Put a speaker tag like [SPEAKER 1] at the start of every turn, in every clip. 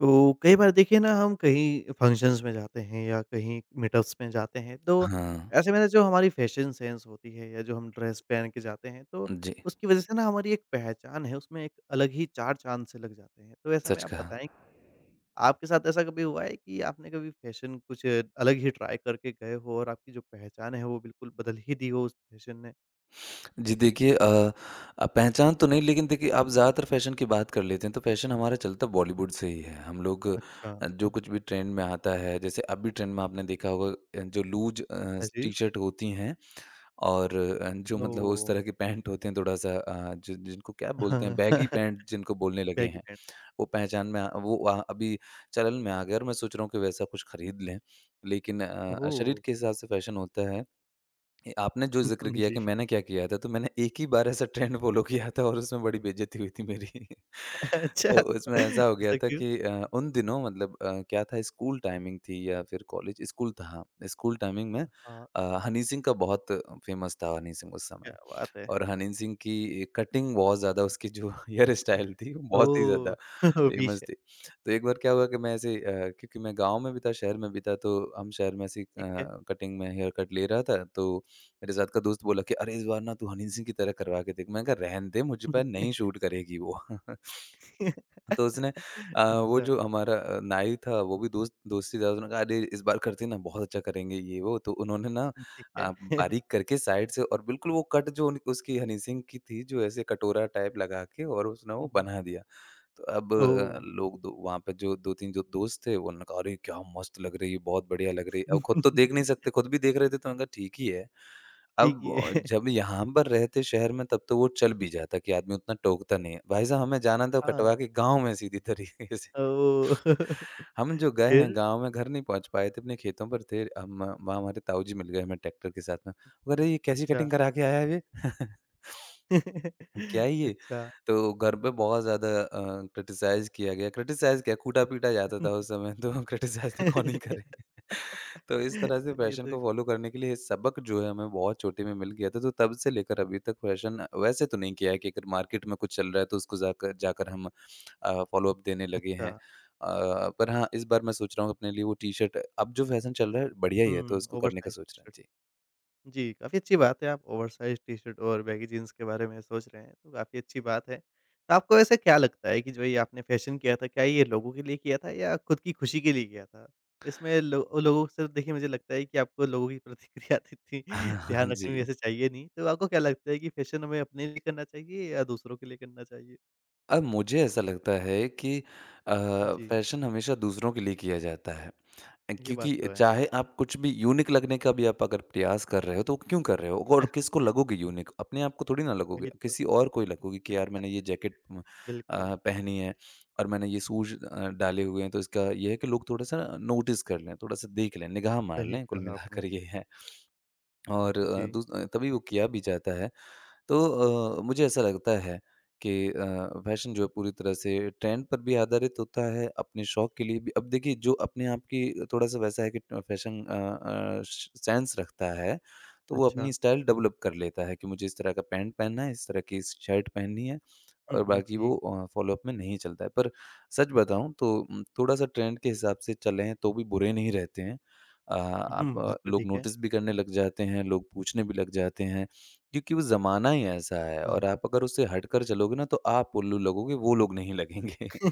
[SPEAKER 1] तो कई बार देखिए ना हम कहीं फंक्शंस में जाते हैं या कहीं मीटअप्स में जाते हैं तो
[SPEAKER 2] हाँ,
[SPEAKER 1] ऐसे में ना जो हमारी फैशन सेंस होती है या जो हम ड्रेस पहन के जाते हैं तो
[SPEAKER 2] जी,
[SPEAKER 1] उसकी वजह से ना हमारी एक पहचान है उसमें एक अलग ही चार चांद से लग जाते हैं तो ऐसे में
[SPEAKER 2] सच
[SPEAKER 1] आप
[SPEAKER 2] कहा।
[SPEAKER 1] बताएं आपके साथ ऐसा कभी हुआ है कि आपने कभी फैशन कुछ अलग ही ट्राई करके गए हो और आपकी जो पहचान है वो बिल्कुल बदल ही दी हो उस फैशन ने
[SPEAKER 2] जी देखिए पहचान तो नहीं लेकिन देखिए आप ज़्यादातर फ़ैशन की बात कर लेते हैं, तो फ़ैशन हमारा चलता बॉलीवुड से ही है। हम लोग
[SPEAKER 1] अच्छा
[SPEAKER 2] जो कुछ भी ट्रेंड में आता है, जैसे अभी ट्रेंड में आपने देखा होगा जो लूज़
[SPEAKER 1] ऐसी
[SPEAKER 2] टी-शर्ट होती हैं और जो
[SPEAKER 1] ओ
[SPEAKER 2] मतलब उस तरह के पैंट होते हैं थोड़ा-सा जि जिनको क्या बोलते हैं बैगी पैंट जिनको बोलने लगे
[SPEAKER 1] बैगी
[SPEAKER 2] हैं,
[SPEAKER 1] पैंट्स
[SPEAKER 2] वो पहचान में आ वो अ, अभी चलन में आ गया और मैं सोच रहा हूँ कि वैसा कुछ खरीद लें। लेकिन
[SPEAKER 1] ओ
[SPEAKER 2] शरीर के हिसाब से फ़ैशन होता है, ये आपने जो ज़िक्र किया
[SPEAKER 1] जी
[SPEAKER 2] कि मैंने क्या किया था, तो मैंने एक ही बार ऐसा ट्रेंड फ़ॉलो किया था और उसमें बड़ी बेइज़्ज़ती हुई थी मेरी।
[SPEAKER 1] अच्छा,
[SPEAKER 2] तो उसमें ऐसा हो गया
[SPEAKER 1] ऐसा
[SPEAKER 2] था
[SPEAKER 1] क्यों?
[SPEAKER 2] कि उन दिनों मतलब क्या था, स्कूल टाइमिंग थी या फिर कॉलेज? स्कूल था, हाँ, स्कूल टाइमिंग में
[SPEAKER 1] हाँ,
[SPEAKER 2] हनी सिंह का बहुत फ़ेमस था हनी सिंह उस समय।
[SPEAKER 1] क्या बात है।
[SPEAKER 2] और हनी सिंह की कटिंग बहुत ज़्यादा उसकी जो हेयर
[SPEAKER 1] हुँ,
[SPEAKER 2] स्टाइल थी वो बहुत ही ज़्यादा
[SPEAKER 1] ओह! विश
[SPEAKER 2] फ़ेमस
[SPEAKER 1] है,
[SPEAKER 2] थी। तो एक बार क्या हुआ कि मैं ऐसे क्योंकि मैं गाँव में भी था, शहर में भी था, तो हम शहर में ऐसे ही
[SPEAKER 1] ठीक है।
[SPEAKER 2] कटिंग में हेयर कट ले रहा था तो मेरे साथ का दोस्त बोला कि अरे इस बार ना तू हनी सिंह की तरह करवा के देख। मैंने कहा रहने दे, मुझ पर नहीं शूट करेगी वो। तो उसने वो
[SPEAKER 1] अच्छा,
[SPEAKER 2] जो हमारा नाई था वो भी दोस्ती था, उसने कहा अरे इस बार करते ना बहुत अच्छा करेंगे ये वो, तो उन्होंने ना
[SPEAKER 1] ठीक है।
[SPEAKER 2] बारीक करके साइड से और बिल्कुल वो कट जो उसकी हनी सिंह की थी जो ऐसे कटोरा टाइप लगा के, और उसने वो
[SPEAKER 1] हुँ, हुँ,
[SPEAKER 2] बना दिया। तो अब
[SPEAKER 1] ओह!
[SPEAKER 2] लोग दो वहाँ पे जो 2-3 जो दोस्त थे, वो उन्होंने कहा, "अरे! क्या मस्त लग रही है, बहुत बढ़िया लग रही है।" अब खुद तो देख नहीं सकते, खुद भी देख रहे थे, तो मैंने कहा, "ठीक ही है।"
[SPEAKER 1] ठीक
[SPEAKER 2] अब
[SPEAKER 1] ही है।
[SPEAKER 2] जब यहाँ पर रहते शहर में, तब तो वो चल भी जाता कि आदमी उतना टोकता नहीं है। भाई साहब, हमें जाना था कटवा
[SPEAKER 1] हाँ,
[SPEAKER 2] के गाँव में सीधी तरीके से।
[SPEAKER 1] ओह!
[SPEAKER 2] हम जो गए हैं
[SPEAKER 1] फिर?
[SPEAKER 2] गाँव में, घर नहीं पहुँच पाए थे, अपने खेतों पर थे। हम वहाँ हमारे ताऊ जी मिल गए हमें ट्रैक्टर के साथ में। वो कह रहे, "ये कैसी
[SPEAKER 1] अच्छा।
[SPEAKER 2] कटिंग करा के आया है ये?" क्या है ये?
[SPEAKER 1] अच्छा।
[SPEAKER 2] तो घर पे
[SPEAKER 1] हुँ।
[SPEAKER 2] बहुत ज़्यादा क्रिटिसाइज़ किया गया। क्रिटिसाइज़ क्या कूटा-पीटा जाता था उस समय तो। क्रिटिसाइज़ तो कौन ही करे। तो इस तरह से
[SPEAKER 1] ये
[SPEAKER 2] फैशन
[SPEAKER 1] तो
[SPEAKER 2] को फ़ॉलो करने के लिए ये सबक जो है हमें बहुत छोटे में मिल गया था। तो तब से लेकर अभी तक फैशन वैसे तो नहीं किया है कि अगर मार्केट में कुछ चल रहा है तो उसको जाकर जाकर हम फ़ॉलो-अप देने लगे
[SPEAKER 1] अच्छा,
[SPEAKER 2] हैं। पर हाँ, इस बार मैं सोच रहा हूँ अपने लिए वो टी-शर्ट अब जो फैशन चल रहा है बढ़िया ही है तो
[SPEAKER 1] हुँ,
[SPEAKER 2] उसको करने का
[SPEAKER 1] ओवरसाइज़
[SPEAKER 2] सोच रहा हूँ।
[SPEAKER 1] टी-शर्ट।
[SPEAKER 2] जी।
[SPEAKER 1] जी, काफ़ी अच्छी बात है आप ओवरसाइज़ टी-शर्ट और बैगी जीन्स के बारे में सोच रहे हैं, तो काफ़ी अच्छी बात है। तो आपको वैसे क्या लगता है कि जो ये आपने फैशन किया था, क्या ये लोगों के लिए किया था या खुद की खुशी के लिए किया था? इसमें लो लोगों से देखिए मुझे लगता है कि आपको लोगों की प्रतिक्रिया इतनी ध्यान
[SPEAKER 2] जी।
[SPEAKER 1] रखनी वैसे चाहिए नहीं, तो आपको क्या लगता है कि फैशन हमें अपने लिए करना चाहिए या दूसरों के लिए करना चाहिए?
[SPEAKER 2] अब मुझे ऐसा लगता है कि अ,
[SPEAKER 1] जी,
[SPEAKER 2] फ़ैशन हमेशा दूसरों के लिए किया जाता है।
[SPEAKER 1] ये बात
[SPEAKER 2] क्योंकि
[SPEAKER 1] तो है।
[SPEAKER 2] चाहे आप कुछ भी यूनिक लगने का भी आप अगर प्रयास कर रहे हो, तो क्यों कर रहे हो? और किसको लगोगे यूनिक? अपने आप को थोड़ी ना लगोगे।
[SPEAKER 1] वही तो,
[SPEAKER 2] किसी और को ही लगोगे कि यार मैंने ये जैकेट
[SPEAKER 1] बिल्कुल,
[SPEAKER 2] पहनी है और मैंने ये शूज़ डाले हुए हैं, तो इसका ये है कि लोग थोड़ा-सा नोटिस कर लें, थोड़ा-सा देख लें, निगाह मार
[SPEAKER 1] सही
[SPEAKER 2] लें, कुल
[SPEAKER 1] कहा आपने।
[SPEAKER 2] मिलाकर ये है। और
[SPEAKER 1] हुँ, जी,
[SPEAKER 2] तभी वो किया भी जाता है। तो मुझे ऐसा लगता है कि फैशन जो है पूरी तरह से ट्रेंड पर भी आधारित होता है, अपने शौक के लिए भी। अब देखिए जो अपने आप की थोड़ा-सा वैसा है कि फैशन अ अ, श सेंस रखता है, तो वो
[SPEAKER 1] अच्छा।
[SPEAKER 2] अपनी स्टाइल डेवलप कर लेता है कि मुझे इस तरह का पैंट पहनना है, इस तरह की शर्ट पहननी है।
[SPEAKER 1] हुँ,
[SPEAKER 2] और
[SPEAKER 1] हुँ,
[SPEAKER 2] बाकी वो
[SPEAKER 1] जी।
[SPEAKER 2] फ़ॉलो-अप में नहीं चलता है। पर सच बताऊँ तो थोड़ा-सा ट्रेंड के हिसाब से चलें तो भी बुरे नहीं रहते हैं। आप
[SPEAKER 1] हुँ, बात तो
[SPEAKER 2] लोग
[SPEAKER 1] ठीक है।
[SPEAKER 2] नोटिस भी करने लग जाते हैं, लोग पूछने भी लग जाते हैं, क्योंकि वो ज़माना ही ऐसा है
[SPEAKER 1] अच्छा।
[SPEAKER 2] और आप अगर उससे हटकर चलोगे ना तो आप उल्लू लगोगे, वो लोग नहीं लगेंगे।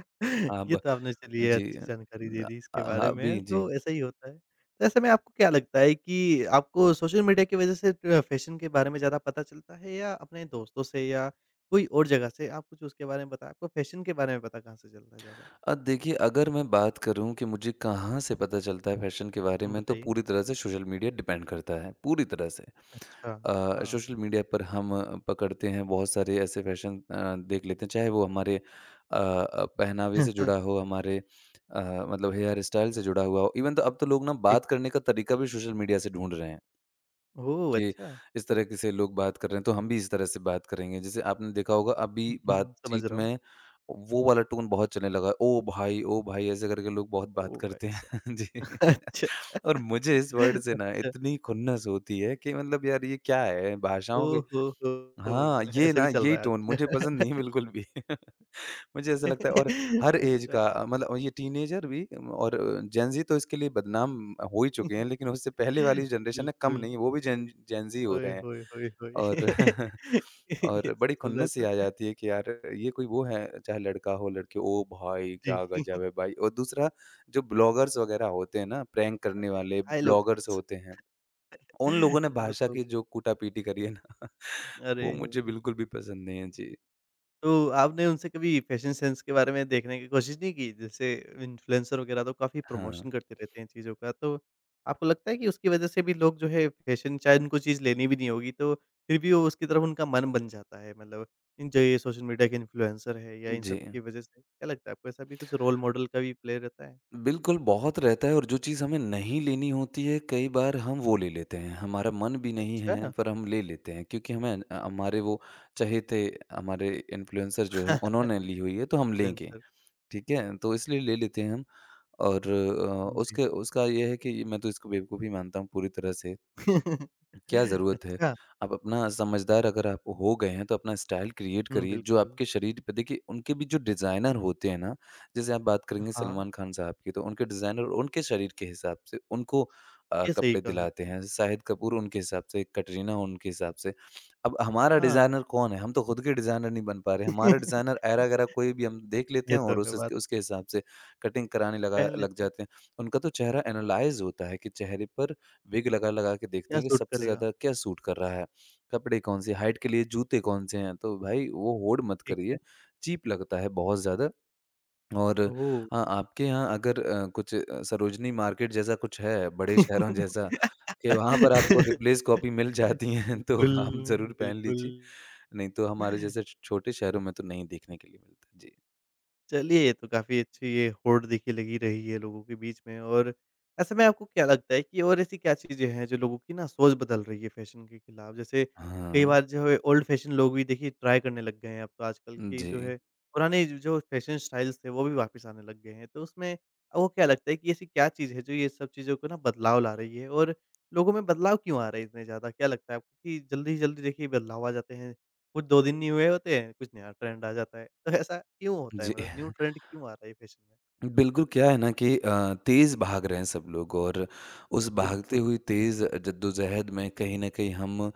[SPEAKER 1] ये
[SPEAKER 2] अब
[SPEAKER 1] तो आपने चलिए
[SPEAKER 2] जी
[SPEAKER 1] अच्छी
[SPEAKER 2] अ,
[SPEAKER 1] जानकारी दे
[SPEAKER 2] न
[SPEAKER 1] दी इसके
[SPEAKER 2] हाँ,
[SPEAKER 1] बारे में,
[SPEAKER 2] अभी जी।
[SPEAKER 1] तो ऐसा ही होता है। तो ऐसे में आपको क्या लगता है कि आपको सोशल मीडिया की वज़ह से फ़ैशन के बारे में ज़्यादा पता चलता है या अपने दोस्तों से या कोई और जगह से? आप कुछ उसके बारे में बताएँ, आपको फ़ैशन के बारे में पता कहाँ से चलता है ज़्यादा?
[SPEAKER 2] देखिए अगर मैं बात करूँ कि मुझे कहाँ से पता चलता है फ़ैशन के बारे
[SPEAKER 1] हुँ,
[SPEAKER 2] में तो
[SPEAKER 1] बताइए।
[SPEAKER 2] पूरी तरह से सोशल मीडिया डिपेंड करता है, पूरी तरह से।
[SPEAKER 1] अच्छा, हाँ।
[SPEAKER 2] सोशल मीडिया पर हम पकड़ते हैं बहुत सारे ऐसे फैशन देख लेते हैं, चाहे वो हमारे पहनावे से जुड़ा हो, हमारे मतलब हेयर स्टाइल से जुड़ा हुआ हो, इवन तो अब तो लोग ना
[SPEAKER 1] ठीक
[SPEAKER 2] बात
[SPEAKER 1] है।
[SPEAKER 2] करने का तरीका भी सोशल मीडिया से ढूंढ रहे हैं
[SPEAKER 1] ओह!
[SPEAKER 2] कि
[SPEAKER 1] अच्छा।
[SPEAKER 2] इस तरह के से लोग बात कर रहे हैं तो हम भी इस तरह से बात करेंगे, जैसे आपने देखा होगा अभी
[SPEAKER 1] समझ
[SPEAKER 2] बातचीत
[SPEAKER 1] रहा हूँ।
[SPEAKER 2] में वो वाला टोन बहुत चलने लगा है, ओ भाई ऐसे करके लोग बहुत बात
[SPEAKER 1] ओह भाई
[SPEAKER 2] करते
[SPEAKER 1] साहब!
[SPEAKER 2] हैं। जी,
[SPEAKER 1] अच्छा,
[SPEAKER 2] और मुझे इस वर्ड से ना
[SPEAKER 1] अच्छा।
[SPEAKER 2] इतनी खुन्नस होती है कि मतलब यार ये क्या है भाषाओं
[SPEAKER 1] ओह
[SPEAKER 2] के,
[SPEAKER 1] हो
[SPEAKER 2] हाँ,
[SPEAKER 1] हो!
[SPEAKER 2] ये
[SPEAKER 1] ऐसे
[SPEAKER 2] ना
[SPEAKER 1] भी चल
[SPEAKER 2] यही
[SPEAKER 1] रहा है
[SPEAKER 2] टोन मुझे पसंद
[SPEAKER 1] आजकल।
[SPEAKER 2] नहीं है बिल्कुल भी। मुझे ऐसा लगता है। और हर एज का
[SPEAKER 1] अच्छा।
[SPEAKER 2] मतलब ये टीनेजर भी और जेन ज़ी तो इसके लिए बदनाम हो ही चुके हैं, लेकिन उससे पहले वाली जनरेशन है कम
[SPEAKER 1] बिल्कुल,
[SPEAKER 2] नहीं, वो भी जेन जेन ज़ी हो रहे
[SPEAKER 1] ओए
[SPEAKER 2] हैं।
[SPEAKER 1] होए होए होए!
[SPEAKER 2] और
[SPEAKER 1] ये
[SPEAKER 2] और
[SPEAKER 1] सब
[SPEAKER 2] बड़ी
[SPEAKER 1] चल रहा
[SPEAKER 2] खुन्नस-सी आ
[SPEAKER 1] था।
[SPEAKER 2] जाती है कि यार ये कोई वो है, चाहे लड़का हो, लड़की हो, ओ भाई! क्या
[SPEAKER 1] जी।
[SPEAKER 2] गज़ब है भाई। और दूसरा जो ब्लॉगर्स वगैरह होते हैं ना, प्रैंक करने
[SPEAKER 1] अरे,
[SPEAKER 2] वाले
[SPEAKER 1] हेलो
[SPEAKER 2] ब्लॉगर्स
[SPEAKER 1] गाइस!
[SPEAKER 2] होते हैं। उन लोगों ने
[SPEAKER 1] वो
[SPEAKER 2] भाषा
[SPEAKER 1] तो
[SPEAKER 2] की जो कूटापीटी करी है ना,
[SPEAKER 1] अरे!
[SPEAKER 2] वो मुझे बिल्कुल भी पसंद नहीं है। जी,
[SPEAKER 1] तो आपने उनसे कभी फैशन सेंस के बारे में देखने की कोशिश नहीं की? जैसे इन्फ्लुएंसर वगैरह तो काफ़ी
[SPEAKER 2] हाँ।
[SPEAKER 1] प्रमोशन करते रहते हैं चीज़ों का, तो आपको लगता है कि उसकी वजह से भी लोग जो है फैशन शायद उनको चीज़ लेनी भी नहीं होगी, तो फिर भी वो उसकी तरफ उनका मन बन जाता है? मतलब इन जो ये सोशल मीडिया के इन्फ्लुएंसर है या इन
[SPEAKER 2] जी।
[SPEAKER 1] सब की वजह से, क्या लगता है आपको ऐसा भी कुछ रोल मॉडल का भी प्ले रहता है?
[SPEAKER 2] बिल्कुल, बहुत रहता है और जो चीज़ हमें नहीं लेनी होती है, कई बार हम वो ले लेते हैं। हमारा मन भी नहीं है,
[SPEAKER 1] अच्छा।
[SPEAKER 2] पर हम ले लेते हैं क्योंकि हमें हमारे वो चहेते, हमारे इन्फ्लुएंसर जो हैं, उन्होंने ली हुई है, तो हम लेंगे,
[SPEAKER 1] इन्फ्लुएंसर
[SPEAKER 2] ठीक है? तो इसलिए ले लेते हैं हम। और
[SPEAKER 1] जी।
[SPEAKER 2] उसके उसका ये है कि मैं तो इसको बेवकूफ़ी मानता हूँ पूरी तरह से। क्या ज़रूरत है?
[SPEAKER 1] अच्छा,
[SPEAKER 2] आप अपना समझदार अगर आप हो गए हैं, तो अपना स्टाइल क्रिएट
[SPEAKER 1] हुँ,
[SPEAKER 2] करिए, जो
[SPEAKER 1] बिल्कुल।
[SPEAKER 2] आपके शरीर पे देखिए, उनके भी जो डिज़ाइनर होते हैं ना, जैसे आप बात करेंगे
[SPEAKER 1] हाँ,
[SPEAKER 2] सलमान खान साहब की, तो उनके डिज़ाइनर उनके शरीर के हिसाब से उनको
[SPEAKER 1] ये सही
[SPEAKER 2] कपड़े
[SPEAKER 1] कहा
[SPEAKER 2] दिलाते
[SPEAKER 1] आपने।
[SPEAKER 2] हैं। शाहिद कपूर उनके हिसाब से, कटरीना उनके हिसाब से। अब हमारा
[SPEAKER 1] हाँ,
[SPEAKER 2] डिज़ाइनर कौन है? हम तो खुद के डिज़ाइनर नहीं बन पा रहे हैं। हमारा डिज़ाइनर ऐरा-गैरा कोई भी हम देख लेते
[SPEAKER 1] ये
[SPEAKER 2] हैं
[SPEAKER 1] तो
[SPEAKER 2] और
[SPEAKER 1] है
[SPEAKER 2] उस
[SPEAKER 1] बात।
[SPEAKER 2] उसके उसके हिसाब से कटिंग कराने लगा
[SPEAKER 1] पहन
[SPEAKER 2] लग
[SPEAKER 1] लेते हैं,
[SPEAKER 2] जाते हैं। उनका तो चेहरा एनालाइज़ होता है कि चेहरे पर विग लगा-लगा के देखते
[SPEAKER 1] क्या
[SPEAKER 2] हैं कि
[SPEAKER 1] सूट
[SPEAKER 2] सबसे
[SPEAKER 1] करेगा?
[SPEAKER 2] ज़्यादा क्या सूट कर रहा है, कपड़े कौन-से, हाइट के लिए जूते कौन-से हैं। तो भाई वो होड़ मत
[SPEAKER 1] ठीक
[SPEAKER 2] करिए,
[SPEAKER 1] है।
[SPEAKER 2] चीप लगता है बहुत ज़्यादा। और
[SPEAKER 1] ओह!
[SPEAKER 2] हाँ, आपके यहाँ अगर कुछ सरोजिनी मार्केट जैसा कुछ है, बड़े शहरों जैसा, कि वहाँ पर आपको रिप्लेस कॉपी मिल जाती हैं तो आप
[SPEAKER 1] बिल्कुल,
[SPEAKER 2] ज़रूर पहन
[SPEAKER 1] बिल्कुल।
[SPEAKER 2] लीजिए। नहीं तो हमारे जैसे छ छोटे शहरों में तो नहीं देखने के लिए मिलता। जी।
[SPEAKER 1] चलिए, ये तो काफ़ी अच्छी ये होड़ देखिए लगी रही है लोगों के बीच में और ऐसे में आपको क्या लगता है कि और ऐसी क्या चीज़ें हैं जो लोगों की ना सोच बदल रही है फैशन के खिलाफ? जैसे कई
[SPEAKER 2] हाँ।
[SPEAKER 1] बार जो है ओल्ड फैशन लोग भी देखिए ट्राई करने लग गए हैं अब तो आजकल की जो
[SPEAKER 2] जी।
[SPEAKER 1] है पुराने ज जो फैशन स्टाइल्स थे वो भी वापस आने लग गए हैं। तो उसमें आपको क्या लगता है कि ऐसी क्या चीज़ है जो ये सब चीज़ों को ना बदलाव ला रही है? और लोगों में बदलाव क्यों आ रहे हैं इतने ज़्यादा? क्या लगता है आपको कि जल्दी से जल्दी देखिए बदलाव आ जाते हैं कुछ 2 दिन नहीं हुए होते हैं, कुछ नया ट्रेंड आ जाता है। तो ऐसा क्यों होता है?
[SPEAKER 2] जी।
[SPEAKER 1] मतलब न्यू ट्रेंड क्यों आ रहा है फैशन में?
[SPEAKER 2] बिल्कुल, क्या है ना कि तेज़ भाग रहे हैं सब लोग और उस भागते
[SPEAKER 1] बिल्कुल।
[SPEAKER 2] हुए तेज़ जद्दोजहद में कहीं न कहीं हम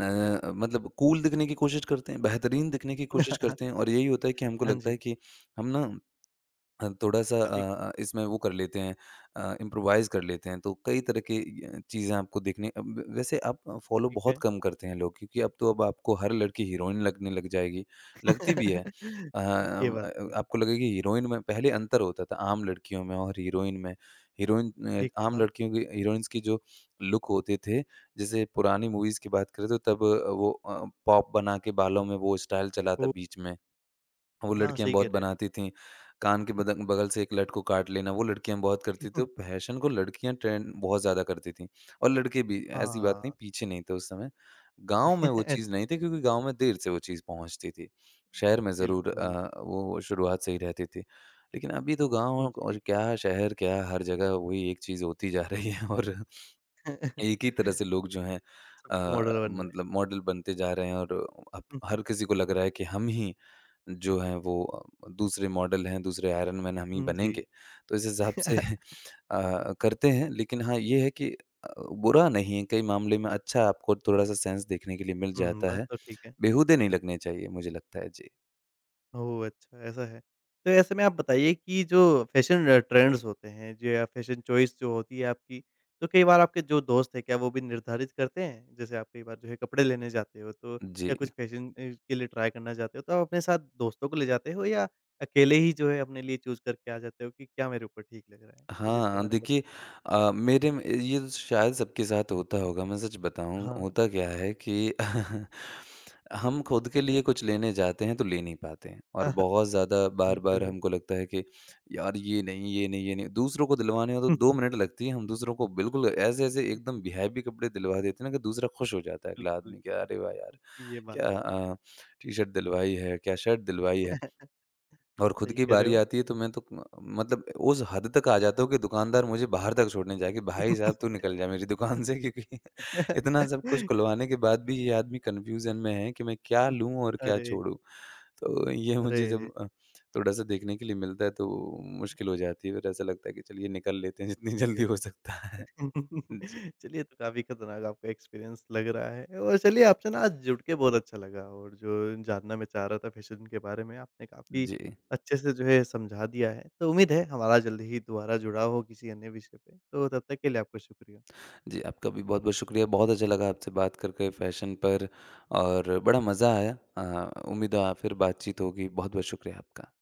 [SPEAKER 2] मतलब कूल दिखने की कोशिश करते हैं, बेहतरीन दिखने की कोशिश करते हैं और यही होता है कि हमको
[SPEAKER 1] हाँ
[SPEAKER 2] लगता
[SPEAKER 1] जी,
[SPEAKER 2] है कि हम ना थोड़ा-सा
[SPEAKER 1] काफ़ी कूल है।
[SPEAKER 2] इसमें वो कर लेते हैं, इम्प्रोवाइज़ कर लेते हैं, तो कई तरह की चीज़ें आपको देखने अ, व वैसे आप फ़ॉलो
[SPEAKER 1] ठीक
[SPEAKER 2] बहुत
[SPEAKER 1] है।
[SPEAKER 2] कम करते हैं लोग, क्योंकि अब तो अब आपको हर लड़की हीरोइन लगने लग जाएगी, लगती भी है। अ,
[SPEAKER 1] ये बात
[SPEAKER 2] ब
[SPEAKER 1] तो है।
[SPEAKER 2] आपको लगेगी हीरोइन। में पहले अंतर होता था आम लड़कियों में और हीरोइन में। हीरोइन
[SPEAKER 1] ठीक
[SPEAKER 2] आम
[SPEAKER 1] कहा।
[SPEAKER 2] लड़कियों की, हीरोइन्स की जो लुक होते थे, जैसे पुरानी मूवीज़ की बात करें तो तब वो वो पॉप बना के बालों में वो स्टाइल चला था
[SPEAKER 1] तो
[SPEAKER 2] बीच में। वो
[SPEAKER 1] हाँ,
[SPEAKER 2] लड़कियाँ
[SPEAKER 1] सही कह
[SPEAKER 2] बहुत
[SPEAKER 1] रहे हैं।
[SPEAKER 2] बनाती थीं। कान के बदन बगल से एक लट को काट लेना, वो लड़कियाँ बहुत करती थी। तो फैशन को लड़कियाँ ट्रेंड बहुत ज़्यादा करती थीं और लड़के भी, ऐसी बात
[SPEAKER 1] हाँ,
[SPEAKER 2] नहीं, पीछे नहीं थे उस समय। गाँव में वो चीज़ नहीं थी क्योंकि गाँव में देर से वो चीज़ पहुँचती थी। शहर में ज़रूर
[SPEAKER 1] बिल्कुल।
[SPEAKER 2] वो शुरुआत से ही रहती थी। लेकिन अभी तो गाँव
[SPEAKER 1] हुँ,
[SPEAKER 2] और
[SPEAKER 1] जी।
[SPEAKER 2] क्या, शहर क्या, हर जगह वही एक चीज़ होती जा रही है और एक ही तरह से लोग जो हैं
[SPEAKER 1] सबको
[SPEAKER 2] अ,
[SPEAKER 1] मॉडल बनना है।
[SPEAKER 2] मतलब मॉडल बनते जा रहे हैं और अब
[SPEAKER 1] हुँ, हुँ,
[SPEAKER 2] हर किसी को लग रहा है कि हम ही जो हैं वो दूसरे मॉडल हैं, दूसरे आयरन मैन हम ही
[SPEAKER 1] हुँ, जी।
[SPEAKER 2] बनेंगे। तो इस हिसाब से करते हैं लेकिन हाँ, ये है कि बुरा नहीं है, कई मामले में अच्छा, आपको थोड़ा-सा सेंस देखने के लिए मिल
[SPEAKER 1] हुँ,
[SPEAKER 2] जाता
[SPEAKER 1] बात
[SPEAKER 2] है।
[SPEAKER 1] तो ठीक है।
[SPEAKER 2] बेहूदे नहीं लगने चाहिए मुझे लगता है। जी।
[SPEAKER 1] ओह! अच्छा ऐसा है। तो ऐसे में आप बताइए कि जो फ़ैशन ट्रेंड्स होते हैं जो या फ़ैशन चॉइस जो होती है आपकी, तो कई बार आपके जो दोस्त हैं क्या वो भी निर्धारित करते हैं? जैसे आप कई बार जो है कपड़े लेने जाते हो तो
[SPEAKER 2] जी।
[SPEAKER 1] या कुछ फ़ैशन के लिए ट्राई करना चाहते हो तो आप अपने साथ दोस्तों को ले जाते हो या अकेले ही जो है अपने लिए चूज़ करके आ जाते हो कि क्या मेरे ऊपर ठीक लग रहा है? कुछ इसके
[SPEAKER 2] हाँ,
[SPEAKER 1] बारे में
[SPEAKER 2] देखिए
[SPEAKER 1] बताइए?
[SPEAKER 2] मेरे में ये तो शायद सबके साथ होता होगा, मैं सच बताऊँ,
[SPEAKER 1] हाँ।
[SPEAKER 2] होता क्या है कि हम खुद के लिए कुछ लेने जाते हैं, तो ले नहीं पाते हैं और बहुत ज़्यादा बार-बार
[SPEAKER 1] बिल्कुल।
[SPEAKER 2] हमको लगता है कि यार ये नहीं, ये नहीं, ये नहीं। दूसरों को दिलवाने में तो 2 मिनट लगती हैं, हम दूसरों को बिल्कुल ऐसे-ऐसे एकदम वीआईपी कपड़े दिलवा देते हैं ना कि दूसरा खुश हो जाता है, अगला
[SPEAKER 1] बिल्कुल,
[SPEAKER 2] आदमी कि अरे वाह यार!
[SPEAKER 1] ये बात
[SPEAKER 2] क्या
[SPEAKER 1] है।
[SPEAKER 2] टी-शर्ट दिलवाई है, क्या शर्ट दिलवाई है। और खुद
[SPEAKER 1] सही
[SPEAKER 2] की
[SPEAKER 1] कह रहे
[SPEAKER 2] बारी
[SPEAKER 1] हो।
[SPEAKER 2] आती है तो मैं तो म मतलब उस हद तक आ जाता हूँ कि दुकानदार मुझे बाहर तक छोड़ने जाए कि भाई साहब तू निकल जा मेरी दुकान से क्योंकि इतना सब कुछ खुलवाने के बाद भी ये आदमी कन्फ्यूज़न में है कि मैं क्या लूँ और क्या
[SPEAKER 1] अरे!
[SPEAKER 2] छोड़ूँ? तो ये मुझे जब
[SPEAKER 1] अरे!
[SPEAKER 2] थोड़ा-सा देखने के लिए मिलता है तो मुश्किल हो जाती है, फिर ऐसा लगता है कि चलिए निकल लेते हैं जितनी जल्दी हो सकता
[SPEAKER 1] चलिए
[SPEAKER 2] है। जी।
[SPEAKER 1] चलिए, तो काफ़ी खतरनाक आपका एक्सपीरियंस लग रहा है और चलिए आपसे ना आज जुड़ के बहुत अच्छा लगा और जो जानना मैं चाह रहा था फ़ैशन के बारे में आपने काफ़ी
[SPEAKER 2] जी।
[SPEAKER 1] अच्छे से जो है समझा दिया है। तो उम्मीद है हमारा जल्दी ही दोबारा जुड़ाव हो किसी अन्य विषय पे। तो तब तक के लिए आपका शुक्रिया।
[SPEAKER 2] जी, आपका भी बहुत-बहुत शुक्रिया। बहुत अच्छा लगा आपसे बात कर के फ़ैशन पर और बड़ा मज़ा आया। उम्मीद है फिर बातचीत होगी। बहुत-बहुत शुक्रिया आपका।